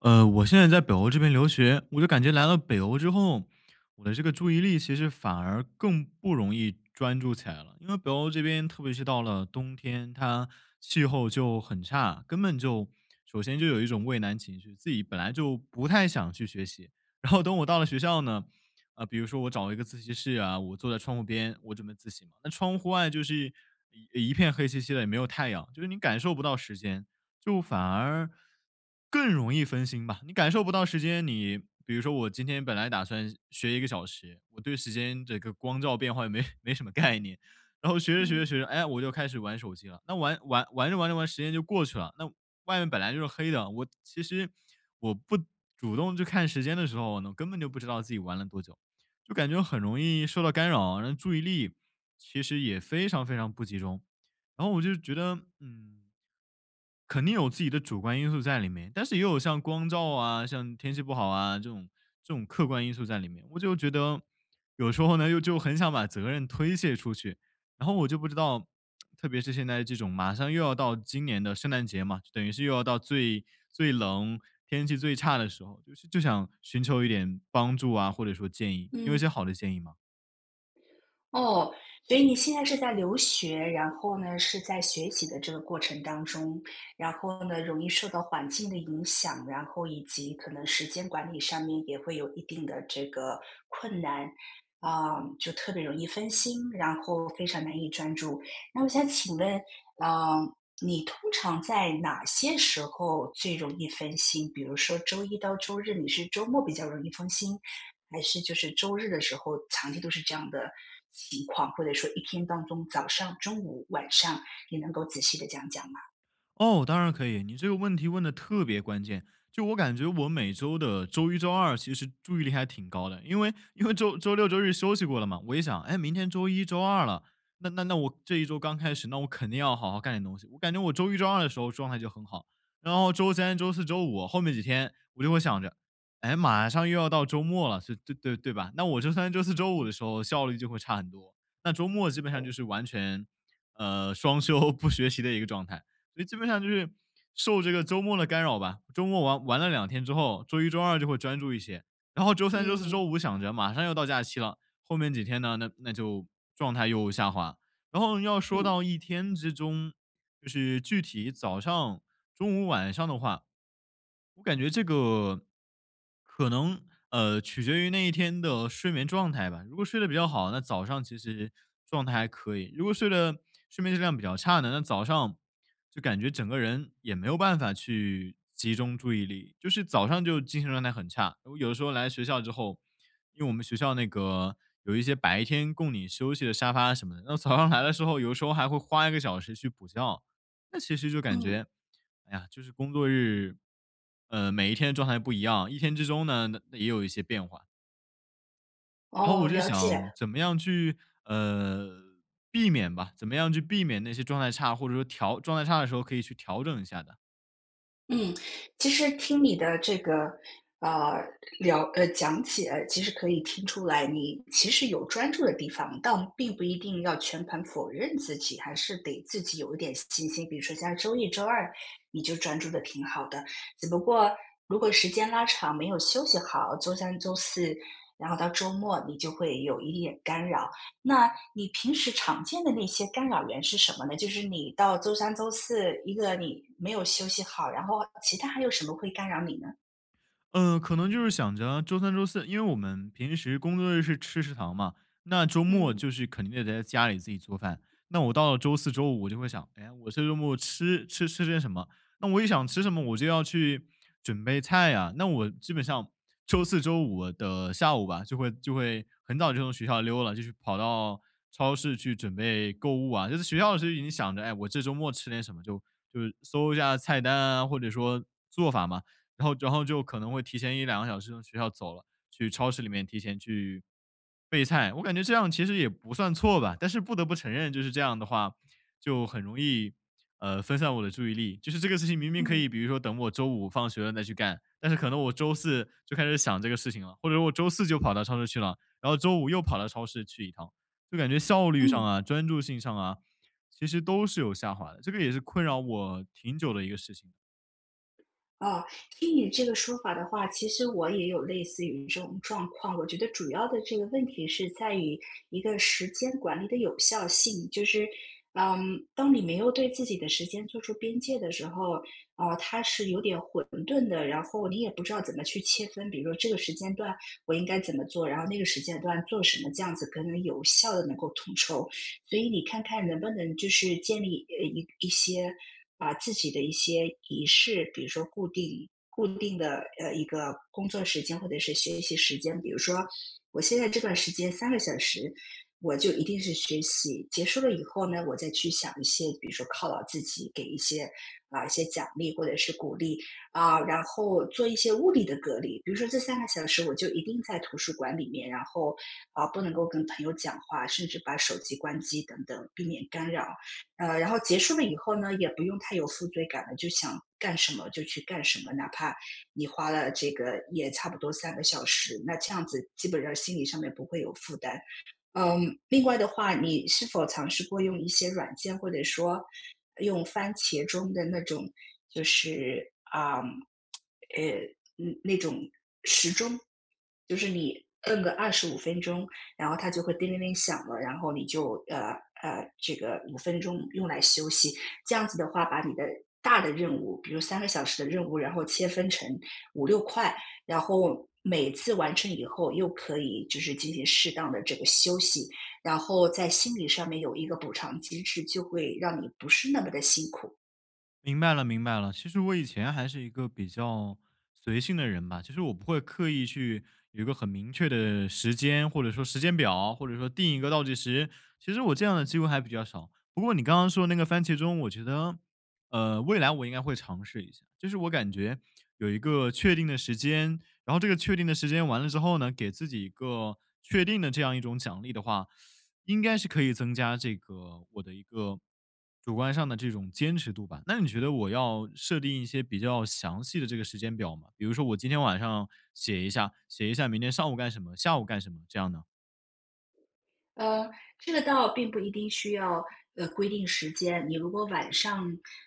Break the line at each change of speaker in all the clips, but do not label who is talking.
我现在在北欧这边留学，我就感觉来了北欧之后，我的这个注意力其实反而更不容易专注起来了。因为北欧这边，特别是到了冬天，它气候就很差，根本就首先就有一种畏难情绪，自己本来就不太想去学习。然后等我到了学校呢，比如说我找一个自习室啊，我坐在窗户边，我准备自习嘛，那窗户外就是一片黑漆漆的，也没有太阳，就是你感受不到时间。就反而更容易分心吧。你感受不到时间，你比如说我今天本来打算学一个小时，我对时间这个光照变化也没 没什么概念，然后学着学
嗯
着学着，哎，我就开始玩手机了。那玩玩玩着玩着玩，时间就过去了。那外面本来就是黑的，我其实我不主动去看时间的时候呢，根本就不知道自己玩了多久，就感觉很容易受到干扰，然后注意力其实也非常非常不集中。然后我就觉得，肯定有自己的主观因素在里面，但是也有像光照啊、像天气不好啊这种客观因素在里面。我就觉得有时候呢，又就很想把责任推卸出去，然后我就不知道，特别是现在这种马上又要到今年的圣诞节嘛，就等于是又要到最最冷、天气最差的时候，就是就想寻求一点帮助啊，或者说建议，你有一些
嗯，
好的建议吗？
哦，所以你现在是在留学，然后呢，是在学习的这个过程当中，然后呢，容易受到环境的影响，然后以及可能时间管理上面也会有一定的这个困难，就特别容易分心，然后非常难以专注。那我想请问，啊、你通常在哪些时候最容易分心？比如说周一到周日，你是周末比较容易分心，还是就是周日的时候，长期都是这样的情况，或者说一天当中，早上、中午、晚上，你能够仔细的讲讲吗？
哦，当然可以。你这个问题问的特别关键，就我感觉我每周的周一、周二其实注意力还挺高的，因为周六、周日休息过了嘛，我一想，哎，明天周一、周二了，那我这一周刚开始，那我肯定要好好干点东西。我感觉我周一、周二的时候状态就很好，然后周三、周四周五后面几天，我就会想着，哎，马上又要到周末了，是对对对吧？那我周三、周四周五的
嗯
时候效率就会差很多，那周末基本上就是完全。双休 不学习的一个状态，所以基本上就是受这个周末的干扰吧。周末玩了2天之后，周一、周二就会专注一些，然后周三、周四
嗯
周五想着马上又到假期了，后面几天呢，那就状态又下滑。然后要说
嗯
到一天之中，就是具体早上、中午、晚上的话，我感觉这个可能取决于那一天的睡眠状态吧。如果睡得比较好，那早上其实状态还可以；如果睡眠质量比较差呢，那早上就感觉整个人也没有办法去集中注意力，就是早上就精神状态很差。我有的时候来学校之后，因为我们学校那个有一些白天供你休息的沙发什么的，那早上来的时候，有时候还会花一个小时去补觉，那其实就感
嗯，
觉。哎呀，就是工作日，每一天的状态不一样，一天之中呢，那也有一些变化。然后
哦，
我就
了解。
想怎么样去呃避免吧，怎么样去避免那些状态差，或者说状态差的时候可以去调整一下的。
嗯，其实听你的这个，呃，讲解，其实可以听出来，你其实有专注的地方，但并不一定要全盘否认自己，还是得自己有一点信心。比如说像周一、周二，你就专注的挺好的，只不过如果时间拉长，没有休息好，周三、周四，然后到周末，你就会有一点干扰。那你平时常见的那些干扰源是什么呢？就是你到周三、周四，一个你没有休息好，然后其他还有什么会干扰你呢？
可能就是想着周三、周四，因为我们平时工作日是吃食堂嘛，那周末
嗯
就是肯定得在家里自己做饭。那我到了周四周五，我就会想，哎呀我这周末吃些什么？那我一想吃什么，我就要去准备菜呀、那我基本上周四周五的下午吧，就会很早就从学校溜了，就去跑到超市去准备购物啊。就是学校的时候已经想着，哎，我这周末吃点什么，就就是搜一下菜单啊，或者说做法嘛。然后就可能会提前1到2个小时从学校走了，去超市里面提前去备菜。我感觉这样其实也不算错吧，但是不得不承认就是这样的话，就很容易，分散我的注意力。就是这个事情明明可
嗯
以比如说等我周五放学了再去干，但是可能我周四就开始想这个事情了，或者我周四就跑到超市去了，然后周五又跑到超市去一趟，就感觉效率上
嗯，
啊、专注性上啊，其实都是有下滑的，这个也是困扰我挺久的一个事情。
哦，听你这个说法的话，其实我也有类似于这种状况。我觉得主要的这个问题是在于一个时间管理的有效性，就是，嗯，当你没有对自己的时间做出边界的时候，它是有点混沌的，然后你也不知道怎么去切分，比如说这个时间段我应该怎么做，然后那个时间段做什么，这样子可能有效的能够统筹。所以你看看能不能就是建立一些自己的一些仪式，比如说固定的一个工作时间或者是学习时间，比如说我现在这段时间三个小时，我就一定是学习，结束了以后呢，我再去想一些，比如说犒劳自己，给一些一些奖励或者是鼓励，然后做一些物理的隔离，比如说这三个小时我就一定在图书馆里面，然后不能够跟朋友讲话，甚至把手机关机等等，避免干扰。然后结束了以后呢，也不用太有负罪感了，就想干什么就去干什么，哪怕你花了这个也差不多三个小时，那这样子基本上心理上面不会有负担。嗯，另外的话，你是否尝试过用一些软件，或者说用番茄中的那种，就是啊，呃，嗯那种就是你摁个二十五分钟，然后它就会叮铃铃响了，然后你就这个五分钟用来休息，这样子的话，把你的大的任务，比如三个小时的任务，然后切分成五六块，然后每次完成以后，又可以就是进行适当的这个休息，然后在心理上面有一个补偿机制，就会让你不是那么的辛苦。
明白了，明白了。其实我以前还是一个比较随性的人吧，其实我不会刻意去有一个很明确的时间，或者说时间表，或者说定一个倒计时。其实我这样的机会还比较少。不过你刚刚说那个番茄钟，我觉得，未来我应该会尝试一下。就是我感觉有一个确定的时间，然后这个确定的时间完了之后呢，给自己一个确定的这样一种奖励的话，应该是可以增加这个我的一个主观上的这种坚持度吧。那你觉得我要设定一些比较详细的这个时间表吗？比如说我今天晚上写一下，写一下明天上午干什么，下午干什么这样呢？
呃，这个倒并不一定需要，规定时间。你如果晚上，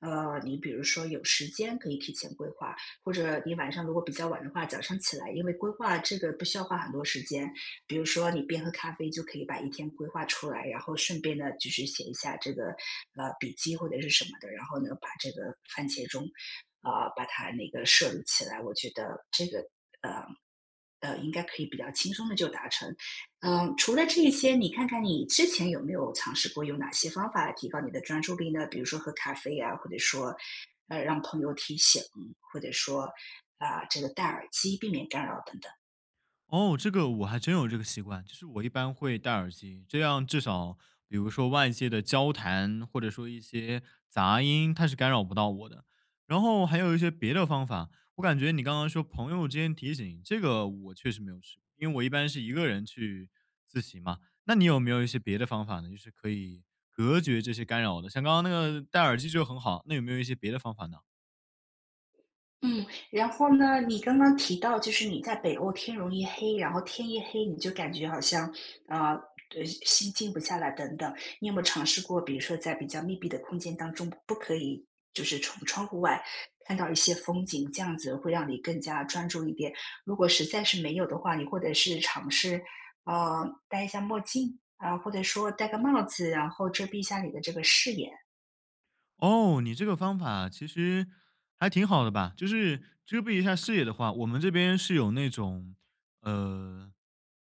你比如说有时间可以提前规划，或者你晚上如果比较晚的话，早上起来，因为规划这个不需要花很多时间。比如说你边喝咖啡就可以把一天规划出来，然后顺便呢就是写一下这个，笔记或者是什么的，然后呢把这个番茄钟，把它那个设立起来。我觉得这个，呃。应该可以比较轻松的就达成，嗯，除了这些，你看看你之前有没有尝试过用哪些方法来提高你的专注力呢？比如说喝咖啡啊，或者说，让朋友提醒，或者说这个戴耳机避免干扰等等。
哦，这个我还真有这个习惯，就是我一般会戴耳机，这样至少比如说外界的交谈或者说一些杂音，它是干扰不到我的。然后还有一些别的方法，我感觉你刚刚说朋友之间提醒，这个我确实没有试过因为我一般是一个人去自习嘛。那你有没有一些别的方法呢？就是可以隔绝这些干扰的，像刚刚那个戴耳机就很好，那有没有一些别的方法呢？
嗯，然后呢，你刚刚提到就是你在北欧天容易黑，然后天一黑你就感觉好像，啊，心静不下来等等。你有没有尝试过，比如说在比较密闭的空间当中，不可以就是从窗户外看到一些风景，这样子会让你更加专注一点。如果实在是没有的话，你或者是尝试，呃，戴一下墨镜啊，或者说戴个帽子，然后遮蔽一下你的这个视野。
哦，你这个方法其实还挺好的吧？就是遮蔽一下视野的话，我们这边是有那种，呃，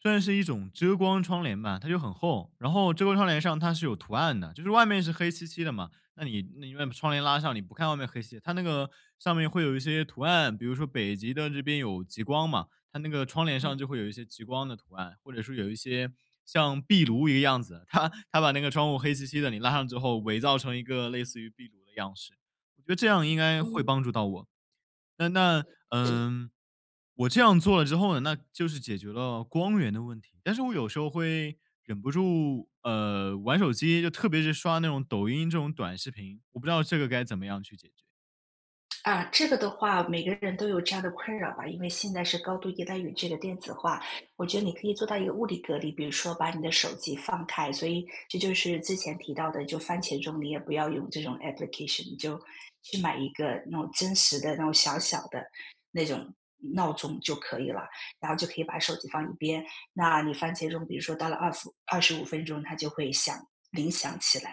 算是一种遮光窗帘吧，它就很厚，然后遮光窗帘上它是有图案的，就是外面是黑漆漆的嘛，那你那你把窗帘拉上，你不看外面黑漆，它那个上面会有一些图案，比如说北极的这边有极光嘛，它那个窗帘上
嗯。
就会有一些极光的图案，或者说有一些像壁炉一个样子，它它把那个窗户黑漆漆的，你拉上之后，伪造成一个类似于壁炉的样式。我觉得这样应该会帮
嗯。
助到我。那那，嗯，我这样做了之后呢，那就是解决了光源的问题。但是我有时候会忍不住，玩手机，就特别是刷那种抖音这种短视频，我不知道这个该怎么样去解决。
啊，这个的话，每个人都有这样的困扰吧，因为现在是高度依赖于这个电子化。我觉得你可以做到一个物理隔离，比如说把你的手机放开，所以这就是之前提到的，就番茄钟你也不要用这种 application，你就去买一个那种真实的那种小小的那种闹钟就可以了，然后就可以把手机放一边。那你番茄钟，比如说到了二十五分钟，它就会响铃响起来。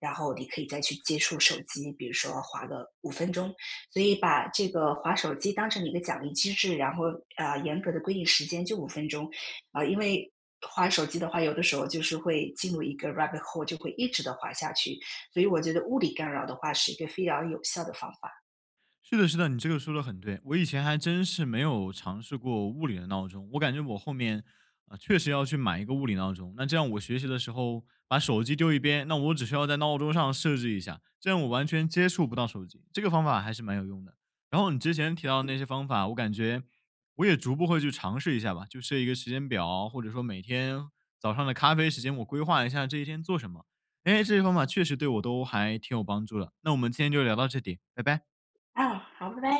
然后你可以再去接触手机，比如说划个五分钟，所以把这个划手机当成一个奖励机制，然后严格的规定时间就五分钟，因为划手机的话，有的时候就是会进入一个 rabbit hole，就会一直的滑下去，所以我觉得物理干扰的话是一个非常有效的方法。
是的，是的，你这个说的很对。我以前还真是没有尝试过物理的闹钟，我感觉我后面确实要去买一个物理闹钟。那这样我学习的时候把手机丢一边，那我只需要在闹钟上设置一下，这样我完全接触不到手机。这个方法还是蛮有用的。然后你之前提到的那些方法，我感觉我也逐步会去尝试一下吧，就设一个时间表，或者说每天早上的咖啡时间，我规划一下这一天做什么。哎，这些方法确实对我都还挺有帮助的。那我们今天就聊到这里，拜拜。
啊，哦好，拜拜。